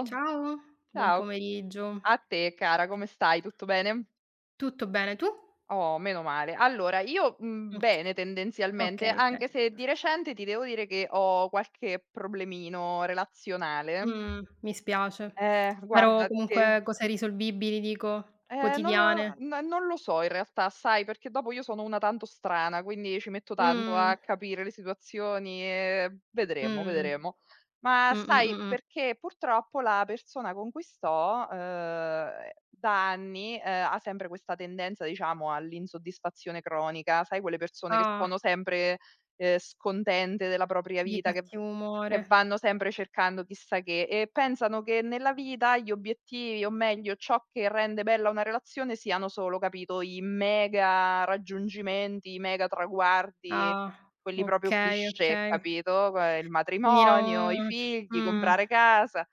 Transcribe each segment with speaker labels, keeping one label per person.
Speaker 1: Oh,
Speaker 2: Ciao, buon
Speaker 1: ciao,
Speaker 2: pomeriggio.
Speaker 1: a te cara, come stai? Tutto bene?
Speaker 2: Tutto bene, tu?
Speaker 1: Oh, meno male. Allora, io,
Speaker 2: Okay,
Speaker 1: bene tendenzialmente,
Speaker 2: okay, okay.
Speaker 1: anche se di recente ti devo dire che ho qualche problemino relazionale.
Speaker 2: Mi spiace. Spero
Speaker 1: Guarda te.
Speaker 2: comunque cose risolvibili dico,
Speaker 1: Non lo
Speaker 2: quotidiane.
Speaker 1: n non lo so in realtà, sai, perché dopo io sono una tanto strana, quindi ci metto
Speaker 2: Mh,
Speaker 1: tanto
Speaker 2: mh.
Speaker 1: a capire le situazioni e vedremo, vedremo. Ma
Speaker 2: Mh, mh,
Speaker 1: sai,
Speaker 2: mh, mh.
Speaker 1: perché purtroppo la persona con cui sto, da anni, ha sempre questa tendenza, diciamo, all'insoddisfazione cronica, sai quelle persone che
Speaker 2: Ah,
Speaker 1: sono sempre, scontente della propria
Speaker 2: di
Speaker 1: vita, che
Speaker 2: cattivo
Speaker 1: che
Speaker 2: umore.
Speaker 1: vanno sempre cercando chissà che, e pensano che nella vita gli obiettivi, o meglio ciò che rende bella una relazione siano solo, capito, i mega raggiungimenti, i mega traguardi,
Speaker 2: Ah,
Speaker 1: quelli proprio
Speaker 2: okay,
Speaker 1: cliché,
Speaker 2: okay.
Speaker 1: capito, il
Speaker 2: Quindi
Speaker 1: matrimonio, i
Speaker 2: non
Speaker 1: figli,
Speaker 2: mh,
Speaker 1: comprare casa.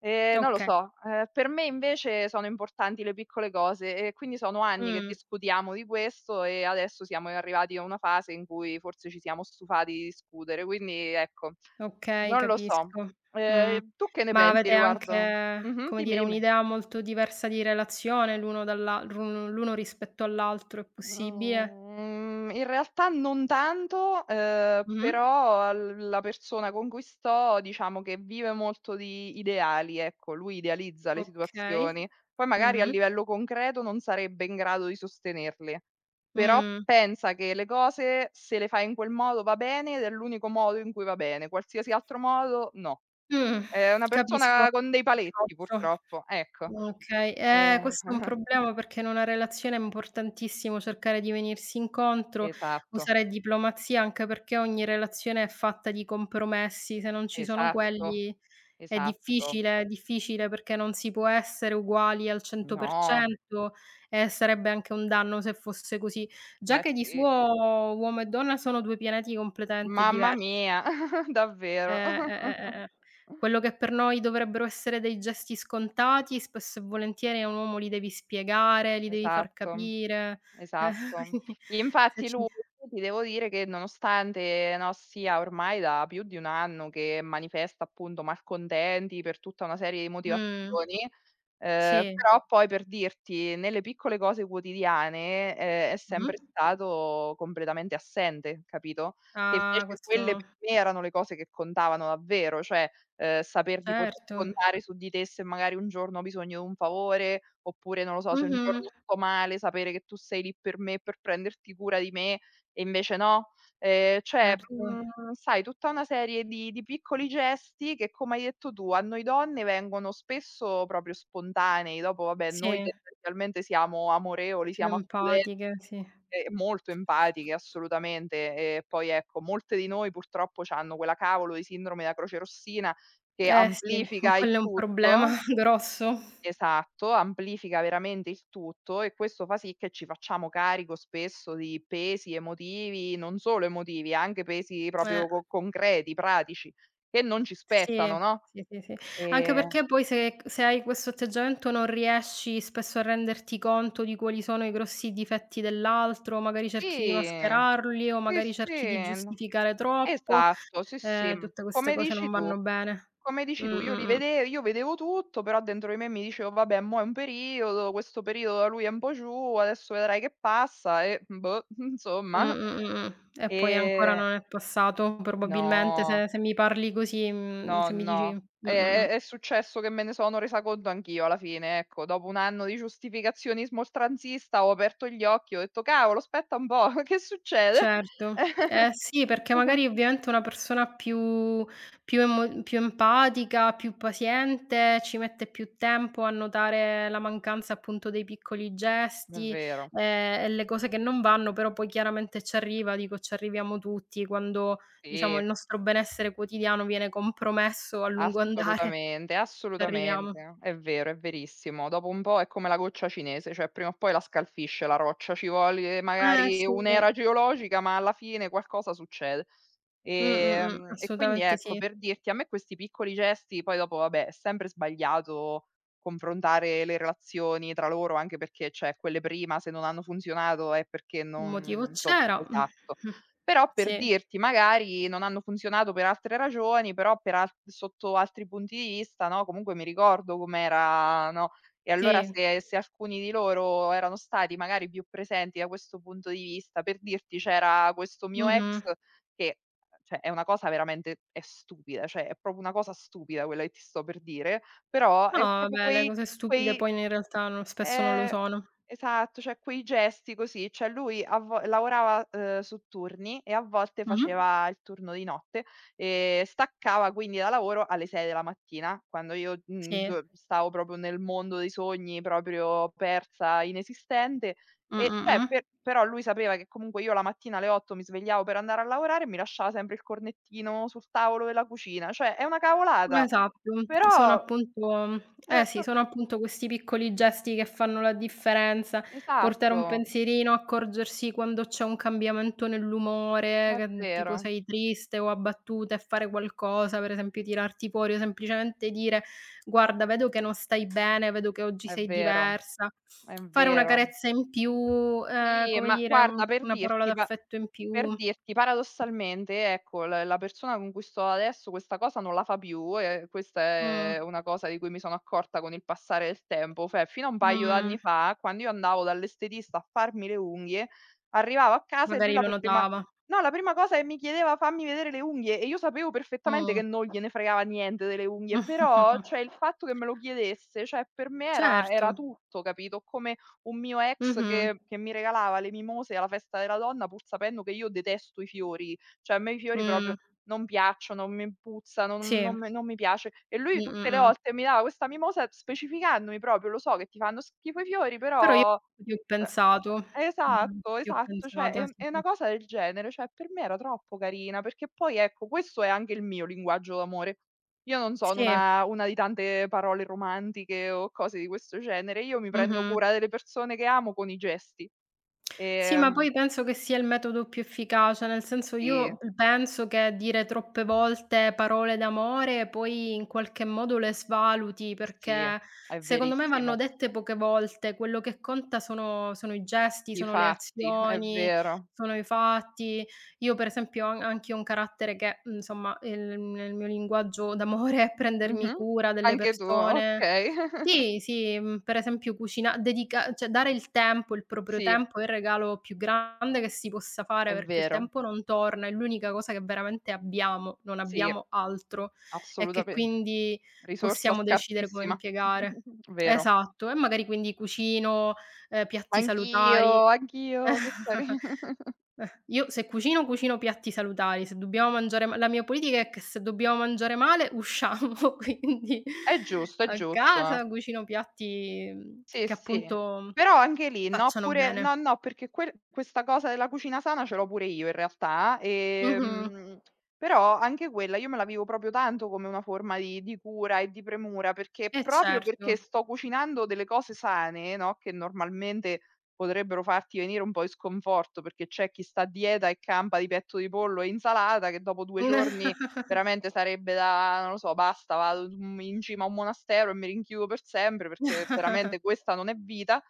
Speaker 1: Non lo
Speaker 2: okay.
Speaker 1: so, per me invece sono importanti le piccole cose e quindi sono anni che
Speaker 2: Mh.
Speaker 1: discutiamo di questo e adesso siamo arrivati a una fase in cui forse ci siamo stufati di discutere, quindi ecco,
Speaker 2: Okay,
Speaker 1: non lo so.
Speaker 2: capisco. Mh.
Speaker 1: Tu che ne
Speaker 2: Ma
Speaker 1: pensi
Speaker 2: avete
Speaker 1: riguardo.
Speaker 2: anche,
Speaker 1: Mh-mh,
Speaker 2: come
Speaker 1: dimmi,
Speaker 2: dire,
Speaker 1: dimmi.
Speaker 2: un'idea molto diversa di relazione l'uno dall'a l'un l'uno rispetto all'altro, è possibile?
Speaker 1: Mhmm, in realtà non tanto,
Speaker 2: Mh-mh.
Speaker 1: però l la persona con cui sto diciamo che vive molto di ideali, ecco, lui idealizza le
Speaker 2: Okay.
Speaker 1: situazioni. Poi magari a
Speaker 2: Mh-mh.
Speaker 1: livello concreto non sarebbe in grado di sostenerli, però
Speaker 2: Mh.
Speaker 1: pensa che le cose se le fai in quel modo va bene ed è l'unico modo in cui va bene, qualsiasi altro modo no.
Speaker 2: Mh.
Speaker 1: È una
Speaker 2: Capisco.
Speaker 1: persona con
Speaker 2: Un
Speaker 1: dei
Speaker 2: po' di
Speaker 1: paletti
Speaker 2: coccio.
Speaker 1: purtroppo, ecco.
Speaker 2: Okay.
Speaker 1: Ehm
Speaker 2: Questo è un problema perché in una relazione è importantissimo cercare di venirsi incontro,
Speaker 1: esatto,
Speaker 2: usare diplomazia, anche perché ogni relazione è fatta di compromessi, se non ci sono
Speaker 1: esatto,
Speaker 2: quelli.
Speaker 1: esatto.
Speaker 2: È difficile perché non si può essere uguali al
Speaker 1: No,
Speaker 2: 100% e sarebbe anche un danno se fosse così. Già
Speaker 1: ma
Speaker 2: che di
Speaker 1: sì.
Speaker 2: suo uomo e donna sono 2 pianeti completamente
Speaker 1: Mamma
Speaker 2: diversi.
Speaker 1: mia,
Speaker 2: Eh,
Speaker 1: davvero.
Speaker 2: eh. Quello che per noi dovrebbero essere dei gesti scontati, spesso e volentieri a un uomo li devi spiegare, li devi far
Speaker 1: Esatto,
Speaker 2: capire. Eh,
Speaker 1: esatto.
Speaker 2: quindi se
Speaker 1: Infatti
Speaker 2: ci
Speaker 1: lui ti devo dire che nonostante, no, sia ormai da più di 1 anno che manifesta appunto malcontenti per tutta una serie di
Speaker 2: mh,
Speaker 1: motivazioni,
Speaker 2: sì.
Speaker 1: però poi per dirti, nelle piccole cose quotidiane, è sempre
Speaker 2: Mh-mh.
Speaker 1: stato completamente assente, capito? Che
Speaker 2: Ah,
Speaker 1: invece quelle
Speaker 2: questo
Speaker 1: per me erano le cose che contavano davvero, cioè, saper di poter
Speaker 2: certo.
Speaker 1: contare su di te se magari un giorno ho bisogno d'un favore, oppure non lo so, se un
Speaker 2: Mh-mh,
Speaker 1: giorno sto male, sapere che tu sei lì per me, per prenderti cura di me e invece no. Cioè,
Speaker 2: certo.
Speaker 1: sai tutta una serie di piccoli gesti che, come hai detto tu, a noi donne vengono spesso proprio spontanei. Dopo vabbè, noi
Speaker 2: Sì,
Speaker 1: tendenzialmente siamo amorevoli,
Speaker 2: più
Speaker 1: siamo accoglienti
Speaker 2: empatiche, sì.
Speaker 1: e molto empatiche, assolutamente. E poi ecco, molte di noi purtroppo c'hanno quella cavolo di sindrome da crocerossina che
Speaker 2: Eh sì,
Speaker 1: amplifica il
Speaker 2: quello è un problema
Speaker 1: tutto,
Speaker 2: grosso.
Speaker 1: esatto, amplifica veramente il tutto e questo fa sì che ci facciamo carico spesso di pesi emotivi, non solo emotivi, anche pesi
Speaker 2: Eh,
Speaker 1: proprio co concreti, pratici, che non ci
Speaker 2: sì,
Speaker 1: spettano, no.
Speaker 2: sì, sì, sì. Anche
Speaker 1: Ehm
Speaker 2: perché poi se hai questo atteggiamento non riesci spesso a renderti conto di quali sono i grossi difetti dell'altro, magari cerchi di
Speaker 1: sì,
Speaker 2: mascherarli o
Speaker 1: sì,
Speaker 2: magari
Speaker 1: sì,
Speaker 2: cerchi di
Speaker 1: n
Speaker 2: giustificare troppo,
Speaker 1: esatto, sì, sì, m
Speaker 2: tutte queste
Speaker 1: come
Speaker 2: cose
Speaker 1: dici
Speaker 2: non
Speaker 1: tu.
Speaker 2: vanno bene.
Speaker 1: Come
Speaker 2: Mh,
Speaker 1: dici tu,
Speaker 2: mh, mh.
Speaker 1: io vedevo tutto, però dentro di me mi dicevo: "Vabbè, mo' è un periodo, questo periodo da lui è un po' giù, adesso vedrai che passa e boh,
Speaker 2: Mh,
Speaker 1: insomma".
Speaker 2: mh, mh, E poi ancora
Speaker 1: Ehm,
Speaker 2: non è passato probabilmente
Speaker 1: no,
Speaker 2: se mi parli così,
Speaker 1: no,
Speaker 2: se mi dici
Speaker 1: no. È
Speaker 2: mh.
Speaker 1: è è successo che me ne sono resa conto anch'io alla fine, ecco. Dopo un anno di giustificazionismo oltranzista ho aperto gli occhi, ho detto: "Cavolo, aspetta un po', che succede?"
Speaker 2: Certo. Eh sì, perché magari ovviamente una persona più più emo più empatica, più paziente, ci mette più tempo a notare la mancanza appunto dei piccoli
Speaker 1: È
Speaker 2: gesti,
Speaker 1: vero,
Speaker 2: ehm, e le cose che non vanno, però poi chiaramente ci arriva, dico ci arriviamo tutti quando diciamo
Speaker 1: sì.
Speaker 2: il nostro benessere quotidiano viene compromesso a lungo andare,
Speaker 1: Assolutamente,
Speaker 2: ci arriviamo.
Speaker 1: assolutamente. È vero, è verissimo. Dopo un po' è come la goccia cinese, cioè prima o poi la scalfisce la roccia, ci vuole
Speaker 2: Eh
Speaker 1: magari
Speaker 2: sì.
Speaker 1: un'era geologica, ma alla fine qualcosa succede. E quindi
Speaker 2: Assolutamente
Speaker 1: ecco,
Speaker 2: sì.
Speaker 1: per dirti, a me questi piccoli gesti, poi dopo vabbè, è sempre sbagliato confrontare le relazioni tra loro, anche perché, cioè, quelle prima se non hanno funzionato è perché
Speaker 2: Un
Speaker 1: non
Speaker 2: motivo
Speaker 1: non so,
Speaker 2: c'era.
Speaker 1: esatto.
Speaker 2: Mh.
Speaker 1: Però per
Speaker 2: Sì,
Speaker 1: dirti, magari non hanno funzionato per altre ragioni, però per al sotto altri punti di vista, no, comunque mi ricordo com'era, no, e allora
Speaker 2: sì.
Speaker 1: se alcuni di loro erano stati magari più presenti da questo punto di vista, per dirti c'era questo mio ex
Speaker 2: Mh-mh.
Speaker 1: che cioè è una cosa veramente è stupida, cioè è proprio una cosa stupida quella che ti sto per dire, però
Speaker 2: No,
Speaker 1: è proprio
Speaker 2: vabbè, le
Speaker 1: quei
Speaker 2: cose stupide
Speaker 1: quei
Speaker 2: poi in realtà non spesso non lo
Speaker 1: Ehm,
Speaker 2: sono.
Speaker 1: esatto, cioè quei gesti così, cioè lui a vo lavorava, su turni e a volte
Speaker 2: Mh-mh.
Speaker 1: faceva il turno di notte e staccava quindi da lavoro alle 6 della mattina, quando io,
Speaker 2: Sì.
Speaker 1: do stavo proprio nel mondo dei sogni, proprio persa, inesistente
Speaker 2: Mh,
Speaker 1: e
Speaker 2: mh,
Speaker 1: cioè
Speaker 2: mh.
Speaker 1: però lui sapeva che comunque io la mattina alle 8 mi svegliavo per andare a lavorare e mi lasciava sempre il cornettino sul tavolo della cucina, cioè è una cavolata,
Speaker 2: Esatto, sono
Speaker 1: però
Speaker 2: appunto eh sì,
Speaker 1: pr
Speaker 2: sono appunto questi piccoli gesti che fanno la differenza, portare un
Speaker 1: esatto,
Speaker 2: pensierino, accorgersi quando c'è un cambiamento nell'umore,
Speaker 1: è
Speaker 2: che, tipo
Speaker 1: vero.
Speaker 2: sei triste o abbattuta e fare qualcosa, per esempio tirarti fuori o semplicemente dire: "Guarda, vedo che non stai bene, vedo che oggi
Speaker 1: È
Speaker 2: sei
Speaker 1: vero,
Speaker 2: diversa."
Speaker 1: è
Speaker 2: Fare una
Speaker 1: vero.
Speaker 2: carezza in più,
Speaker 1: Sì,
Speaker 2: come
Speaker 1: ma
Speaker 2: dire, un
Speaker 1: guarda
Speaker 2: una parola d'affetto in
Speaker 1: per
Speaker 2: più.
Speaker 1: dirti paradossalmente, ecco, l la persona con cui sto adesso questa cosa non la fa più e questa
Speaker 2: Mh,
Speaker 1: è una cosa di cui mi sono accorta con il passare del tempo, cioè fino a un paio
Speaker 2: mh,
Speaker 1: d'anni fa, quando io andavo dall'estetista a farmi le unghie, arrivavo a casa e lui
Speaker 2: magari
Speaker 1: la
Speaker 2: lo
Speaker 1: prima
Speaker 2: notava.
Speaker 1: no, la prima cosa che mi chiedeva: "Fammi vedere le unghie" e io sapevo perfettamente
Speaker 2: Mh.
Speaker 1: che non gliene fregava niente delle unghie, però,
Speaker 2: Mh-mh-mh-mh.
Speaker 1: cioè, il fatto che me lo chiedesse, cioè, per me era
Speaker 2: Certo.
Speaker 1: era tutto, capito? Come un mio ex
Speaker 2: Mh-mh.
Speaker 1: che mi regalava le mimose alla festa della donna, pur sapendo che io detesto i fiori, cioè a me i fiori
Speaker 2: Mh.
Speaker 1: proprio non piacciono, mi puzzano, non
Speaker 2: Sì.
Speaker 1: non me non mi piace. E lui
Speaker 2: Mh,
Speaker 1: tutte le
Speaker 2: mh, mh.
Speaker 1: volte mi dava questa mimosa specificandomi proprio: "Lo so che ti fanno schifo i fiori,
Speaker 2: Però io
Speaker 1: però".
Speaker 2: ci ho
Speaker 1: eh,
Speaker 2: pensato. Mh-mh.
Speaker 1: Esatto,
Speaker 2: Ci ho
Speaker 1: esatto, cioè è
Speaker 2: pensata,
Speaker 1: un
Speaker 2: sì,
Speaker 1: è
Speaker 2: sì.
Speaker 1: una cosa del genere, cioè per me era troppo carina, perché poi ecco, questo è anche il mio linguaggio d'amore. Io non sono
Speaker 2: Sì.
Speaker 1: una di tante parole romantiche o cose di questo genere, io mi prendo
Speaker 2: Mh-mh.
Speaker 1: cura delle persone che amo con i gesti.
Speaker 2: Sì, ma
Speaker 1: Ehm,
Speaker 2: poi penso che sia il metodo più efficace, nel senso
Speaker 1: sì,
Speaker 2: io p penso che dire troppe volte parole d'amore poi in qualche modo le svaluti,
Speaker 1: sì,
Speaker 2: perché
Speaker 1: è
Speaker 2: secondo me vanno
Speaker 1: verissimo.
Speaker 2: dette poche volte, quello che conta sono i gesti,
Speaker 1: I
Speaker 2: sono le
Speaker 1: fatti, è
Speaker 2: azioni,
Speaker 1: vero.
Speaker 2: sono i fatti. Io per esempio ho an anch'io un carattere che, insomma, il nel mio linguaggio d'amore è prendermi
Speaker 1: Mh-mh.
Speaker 2: cura delle
Speaker 1: Anche tu,
Speaker 2: persone.
Speaker 1: okay.
Speaker 2: Sì, sì, per esempio cucina dedica cioè dare il tempo, il proprio
Speaker 1: Sì,
Speaker 2: tempo è il regalo più grande che si possa fare,
Speaker 1: è
Speaker 2: perché il
Speaker 1: vero.
Speaker 2: tempo non torna, è l'unica cosa che veramente abbiamo, non
Speaker 1: Sì,
Speaker 2: abbiamo altro e che
Speaker 1: assolutamente.
Speaker 2: quindi
Speaker 1: Risorsa
Speaker 2: possiamo decidere come
Speaker 1: scarsissima.
Speaker 2: impiegare.
Speaker 1: Vero.
Speaker 2: Esatto, e magari quindi cucino, piatti salutari.
Speaker 1: Anch'io, anch'io, che cari.
Speaker 2: Io se cucino, cucino piatti salutari, se dobbiamo mangiare ma la mia politica è che se dobbiamo mangiare male usciamo, quindi
Speaker 1: È giusto, è
Speaker 2: a
Speaker 1: giusto.
Speaker 2: casa cucino piatti,
Speaker 1: Sì,
Speaker 2: che
Speaker 1: sì.
Speaker 2: appunto
Speaker 1: Però anche lì, no,
Speaker 2: facciano
Speaker 1: pure
Speaker 2: bene.
Speaker 1: no, no, perché quel questa cosa della cucina sana ce l'ho pure io in realtà,
Speaker 2: Mh-mh.
Speaker 1: però anche quella io me la vivo proprio tanto come una forma di cura e di premura, perché
Speaker 2: Eh
Speaker 1: proprio perché
Speaker 2: certo.
Speaker 1: sto cucinando delle cose sane, no, che normalmente potrebbero farti venire un po' in sconforto, perché c'è chi sta a dieta e campa di petto di pollo e insalata, che dopo 2 giorni veramente sarebbe da non lo so, basta, vado, in cima a un monastero e mi rinchiudo per sempre perché veramente questa non è vita.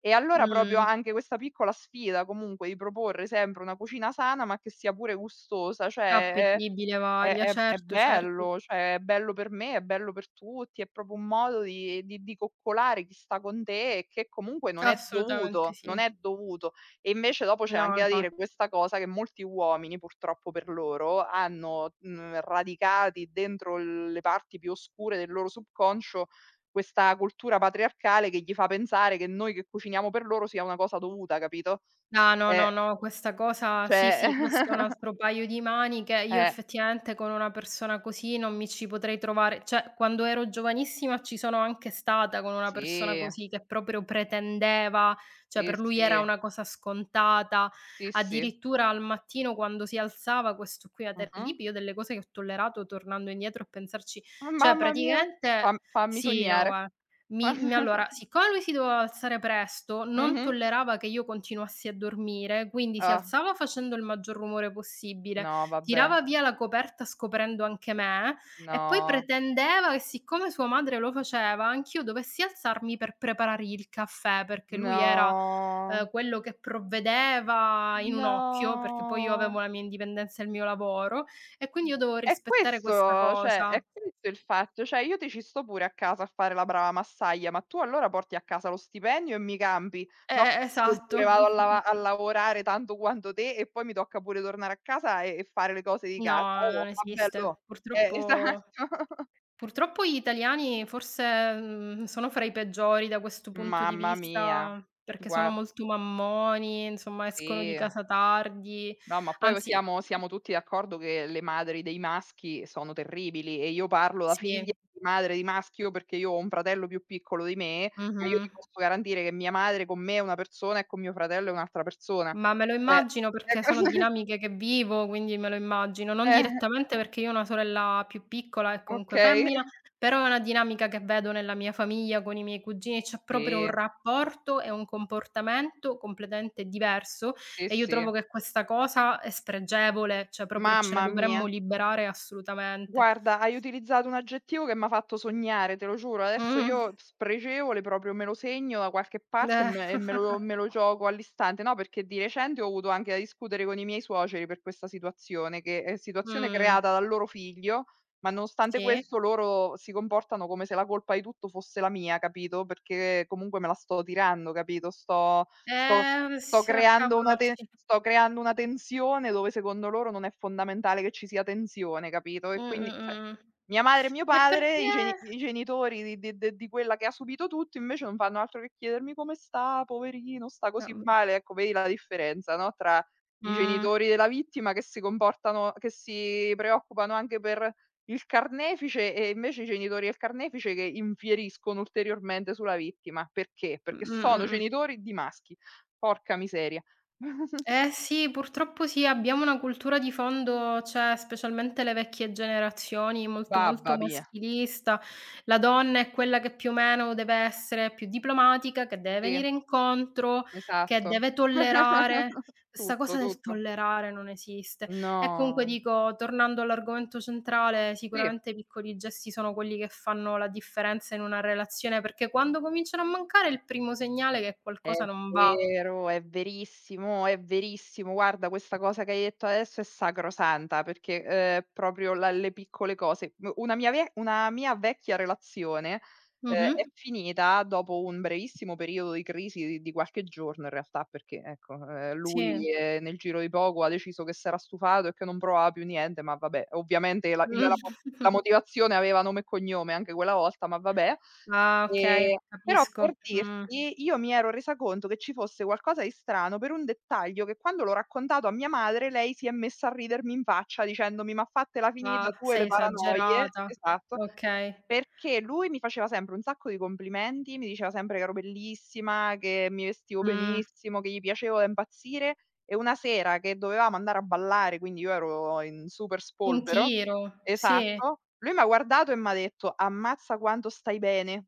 Speaker 1: E allora proprio
Speaker 2: Mh.
Speaker 1: anche questa piccola sfida comunque di proporre sempre una cucina sana, ma che sia pure gustosa, cioè è
Speaker 2: Appetibile,
Speaker 1: è
Speaker 2: varia,
Speaker 1: è è
Speaker 2: certo, certo.
Speaker 1: bello, cioè è bello per me, è bello per tutti, è proprio un modo di coccolare chi sta con te e che comunque non è
Speaker 2: Assolutamente
Speaker 1: dovuto, non
Speaker 2: sì.
Speaker 1: è dovuto. E invece dopo c'è
Speaker 2: No,
Speaker 1: anche da dire
Speaker 2: infatti.
Speaker 1: questa cosa che molti uomini, purtroppo per loro, hanno, radicati dentro le parti più oscure del loro subconscio questa cultura patriarcale che gli fa pensare che noi che cuciniamo per loro sia una cosa dovuta, capito?
Speaker 2: Ah, no, no,
Speaker 1: Eh,
Speaker 2: no, questa cosa sì,
Speaker 1: cioè
Speaker 2: sì, questo è un altro paio di maniche. Io
Speaker 1: eh,
Speaker 2: effettivamente con una persona così non mi ci potrei trovare. Cioè, quando ero giovanissima ci sono anche stata con una persona
Speaker 1: sì,
Speaker 2: così che proprio pretendeva, cioè
Speaker 1: sì,
Speaker 2: per lui era
Speaker 1: sì,
Speaker 2: una cosa scontata.
Speaker 1: sì, sì.
Speaker 2: Addirittura al mattino quando si alzava, questo qui era
Speaker 1: Mh-mh.
Speaker 2: terribile, io delle cose che ho tollerato tornando indietro a pensarci. Cioè,
Speaker 1: Mamma mia, fam
Speaker 2: praticamente
Speaker 1: fammi
Speaker 2: sì, no,
Speaker 1: sognare.
Speaker 2: gua mi mi allora, siccome lui si doveva alzare presto, non
Speaker 1: Mh-mh.
Speaker 2: tollerava che io continuassi a dormire, quindi si
Speaker 1: Ah,
Speaker 2: alzava facendo il maggior rumore possibile,
Speaker 1: no vabbè.
Speaker 2: tirava via la coperta scoprendo anche me e poi
Speaker 1: No,
Speaker 2: pretendeva che siccome sua madre lo faceva, anch'io dovessi alzarmi per preparare il caffè, perché lui era,
Speaker 1: no,
Speaker 2: quello che provvedeva in un occhio, perché poi io avevo
Speaker 1: no.
Speaker 2: la mia indipendenza e il mio lavoro e quindi io dovevo
Speaker 1: È
Speaker 2: rispettare questa
Speaker 1: questo cioè,
Speaker 2: cosa.
Speaker 1: è questo il fatto. Cioè, io ti ci sto pure a casa a fare la brava massaglia, ma tu allora porti a casa lo stipendio e mi cambi. No che io pure
Speaker 2: Esatto.
Speaker 1: vado a lavorare tanto quanto te e poi mi tocca pure tornare a casa e fare le cose di casa.
Speaker 2: No, non
Speaker 1: Oh, vabbè allò.
Speaker 2: esiste.
Speaker 1: Esatto.
Speaker 2: Purtroppo purtroppo gli italiani forse, sono fra i peggiori da questo punto di
Speaker 1: Mamma mia.
Speaker 2: vista, perché sono
Speaker 1: Guard
Speaker 2: molto mammoni, insomma escono di
Speaker 1: Sì.
Speaker 2: casa tardi,
Speaker 1: No, ma poi
Speaker 2: anzi
Speaker 1: siamo tutti d'accordo che le madri dei maschi sono terribili e io parlo da figlia
Speaker 2: sì,
Speaker 1: di madre di maschio perché io ho un fratello più piccolo di me, ma io
Speaker 2: mh-mh.
Speaker 1: ti posso garantire che mia madre con me è una persona e con mio fratello è un'altra persona.
Speaker 2: Ma me lo
Speaker 1: Cioè
Speaker 2: immagino perché sono dinamiche che vivo, quindi me lo immagino. Non
Speaker 1: eh,
Speaker 2: direttamente perché io ho una sorella più piccola e comunque
Speaker 1: okay.
Speaker 2: femmina, però è una dinamica che vedo nella mia famiglia con i miei cugini, c'è proprio un
Speaker 1: Sì,
Speaker 2: rapporto e un comportamento completamente diverso
Speaker 1: sì,
Speaker 2: e io
Speaker 1: sì.
Speaker 2: trovo che questa cosa è spregevole, cioè proprio ce ne
Speaker 1: Mamma mia.
Speaker 2: dovremmo liberare assolutamente.
Speaker 1: Guarda, hai utilizzato un aggettivo che m'ha fatto sognare, te lo giuro. Adesso
Speaker 2: Mh.
Speaker 1: io spregevole proprio me lo segno da qualche parte e
Speaker 2: Eh.
Speaker 1: me e me lo me lo gioco all'istante. No, perché di recente ho avuto anche da discutere con i miei suoceri per questa situazione, che è situazione
Speaker 2: Mh.
Speaker 1: creata dal loro figlio, ma nonostante
Speaker 2: Sì.
Speaker 1: questo loro si comportano come se la colpa di tutto fosse la mia, capito, perché comunque me la sto tirando, capito, sto. Sto
Speaker 2: S
Speaker 1: creando una te
Speaker 2: Cavolacci.
Speaker 1: sto creando una tensione dove secondo loro non è fondamentale che ci sia tensione, capito?
Speaker 2: Mh,
Speaker 1: E quindi
Speaker 2: mh,
Speaker 1: cioè,
Speaker 2: mh, mh.
Speaker 1: mia madre e mio
Speaker 2: E
Speaker 1: padre,
Speaker 2: perché
Speaker 1: i genitori di quella che ha subito tutto, invece non fanno altro che chiedermi: "Come sta? Poverino, sta così
Speaker 2: ehm,
Speaker 1: male." Ecco, vedi la differenza, no, tra i
Speaker 2: mh,
Speaker 1: genitori della vittima che si preoccupano anche per il carnefice e invece i genitori del carnefice che infieriscono ulteriormente sulla vittima. Perché? Perché sono
Speaker 2: mh.
Speaker 1: genitori di maschi. Porca miseria.
Speaker 2: Eh sì, purtroppo sì, abbiamo una cultura di fondo, cioè specialmente le vecchie generazioni, molto, molto
Speaker 1: Babba mia.
Speaker 2: maschilista. La donna è quella che più o meno deve essere più diplomatica, che deve
Speaker 1: Sì,
Speaker 2: venire incontro, che
Speaker 1: esatto.
Speaker 2: deve tollerare. Questa cosa
Speaker 1: Tutto,
Speaker 2: del
Speaker 1: tutto.
Speaker 2: tollerare non esiste. E comunque
Speaker 1: No.
Speaker 2: dico, tornando all'argomento centrale,
Speaker 1: Sì.
Speaker 2: sicuramente i piccoli gesti sono quelli che fanno la differenza in una relazione, perché quando cominciano a mancare è il primo segnale che
Speaker 1: È
Speaker 2: qualcosa non va.
Speaker 1: vero, è verissimo, è verissimo. Guarda, questa cosa che hai detto adesso è sacrosanta perché, proprio la le piccole cose u una mia ve una mia vecchia relazione,
Speaker 2: Mh-mh.
Speaker 1: è finita dopo un brevissimo periodo di crisi di qualche giorno in realtà, perché ecco,
Speaker 2: Sì.
Speaker 1: lui, nel giro di poco ha deciso che s'era stufato e che non provava più niente, ma vabbè, ovviamente la il la
Speaker 2: Mh.
Speaker 1: mo la motivazione aveva nome e cognome anche quella volta, ma vabbè.
Speaker 2: Ah, okay,
Speaker 1: Però
Speaker 2: capisco.
Speaker 1: per
Speaker 2: Mh.
Speaker 1: dirti, io mi ero resa conto che ci fosse qualcosa di strano per un dettaglio che quando l'ho raccontato a mia madre, lei si è messa a ridermi in faccia dicendomi: "Ma fatela
Speaker 2: Ah,
Speaker 1: finita tu e le
Speaker 2: sei
Speaker 1: paranoie",
Speaker 2: esagerata.
Speaker 1: esatto,
Speaker 2: Okay.
Speaker 1: perché lui mi faceva sempre un sacco di complimenti, mi diceva sempre che ero bellissima, che mi vestivo
Speaker 2: Mh.
Speaker 1: benissimo, che gli piacevo da impazzire e una sera che dovevamo andare a ballare, quindi io ero in super
Speaker 2: In
Speaker 1: spolvero,
Speaker 2: tiro, sì,
Speaker 1: esatto, lui m'ha guardato e m'ha detto: "Ammazza quanto stai bene."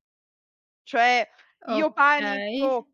Speaker 1: Cioè, io
Speaker 2: okay.
Speaker 1: panico,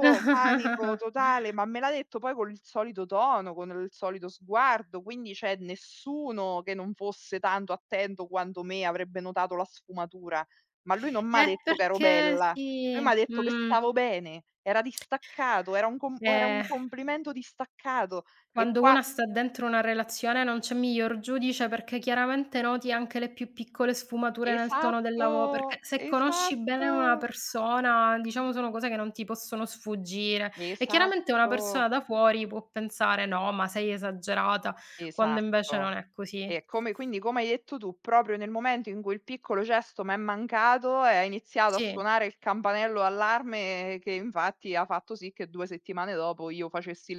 Speaker 1: panico totale, ma me l'ha detto poi col solito tono, con il solito sguardo, quindi cioè nessuno che non fosse tanto attento quanto me avrebbe notato la sfumatura. Ma lui non m'ha detto che ero
Speaker 2: Perché
Speaker 1: bella, lui
Speaker 2: sì,
Speaker 1: m'ha detto che
Speaker 2: mh.
Speaker 1: stavo bene, era distaccato, era un com era
Speaker 2: Eh.
Speaker 1: un complimento distaccato. E
Speaker 2: Quando
Speaker 1: qua
Speaker 2: una sta dentro una relazione non c'è miglior giudice perché chiaramente noti anche le più piccole sfumature nel tono della vo perché
Speaker 1: esatto,
Speaker 2: se conosci bene una
Speaker 1: esatto,
Speaker 2: persona, diciamo sono cose che non ti possono sfuggire e chiaramente una persona
Speaker 1: esatto.
Speaker 2: da fuori può pensare: "No, ma sei esagerata", quando invece non
Speaker 1: Esatto.
Speaker 2: è così.
Speaker 1: Come hai detto tu, proprio nel momento in cui il piccolo gesto m'è mancato, e ha iniziato a
Speaker 2: Sì,
Speaker 1: suonare il campanello allarme che infatti ha fatto sì che 2 settimane dopo io facessi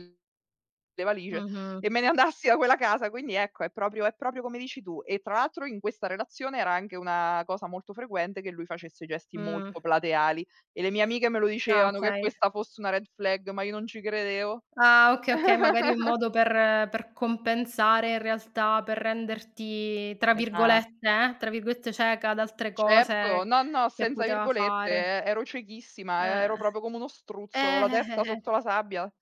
Speaker 1: le valigie
Speaker 2: mh-mh.
Speaker 1: e me ne andassi da quella casa. Quindi ecco, è proprio come dici tu. E tra l'altro in questa relazione era anche una cosa molto frequente che lui facesse gesti
Speaker 2: Mh.
Speaker 1: molto plateali e le mie amiche me lo
Speaker 2: Ah,
Speaker 1: dicevano che
Speaker 2: okay.
Speaker 1: questa fosse una red flag, ma io non ci credevo.
Speaker 2: Ah, okay, okay, magari un modo per compensare in realtà, per renderti,
Speaker 1: Esa
Speaker 2: tra virgolette, "cieca" ad altre
Speaker 1: Certo,
Speaker 2: cose
Speaker 1: no, no,
Speaker 2: che
Speaker 1: senza
Speaker 2: poteva
Speaker 1: virgolette, e
Speaker 2: fare.
Speaker 1: ero ciechissima, ero
Speaker 2: Eh.
Speaker 1: proprio come uno struzzo, avevo la testa
Speaker 2: Eh.
Speaker 1: sotto la sabbia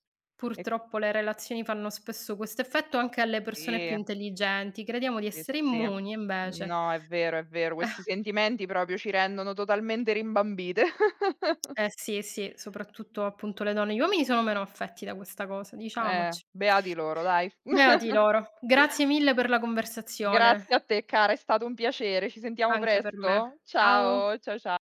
Speaker 1: e
Speaker 2: Purtroppo le relazioni fanno spesso questo effetto anche alle persone
Speaker 1: sì,
Speaker 2: più intelligenti. Crediamo di
Speaker 1: sì,
Speaker 2: essere
Speaker 1: sì.
Speaker 2: immuni e invece.
Speaker 1: No, è vero, questi sentimenti proprio ci rendono totalmente rimbambite.
Speaker 2: Eh sì, sì, soprattutto appunto le donne. Gli uomini sono meno affetti da questa cosa, diciamoci.
Speaker 1: Beati loro, dai.
Speaker 2: Beati loro. Grazie mille per la conversazione,
Speaker 1: Grazie a te cara, è stato un piacere, ci sentiamo
Speaker 2: anche per me.
Speaker 1: presto?
Speaker 2: Ciao.
Speaker 1: Ciao, cia cia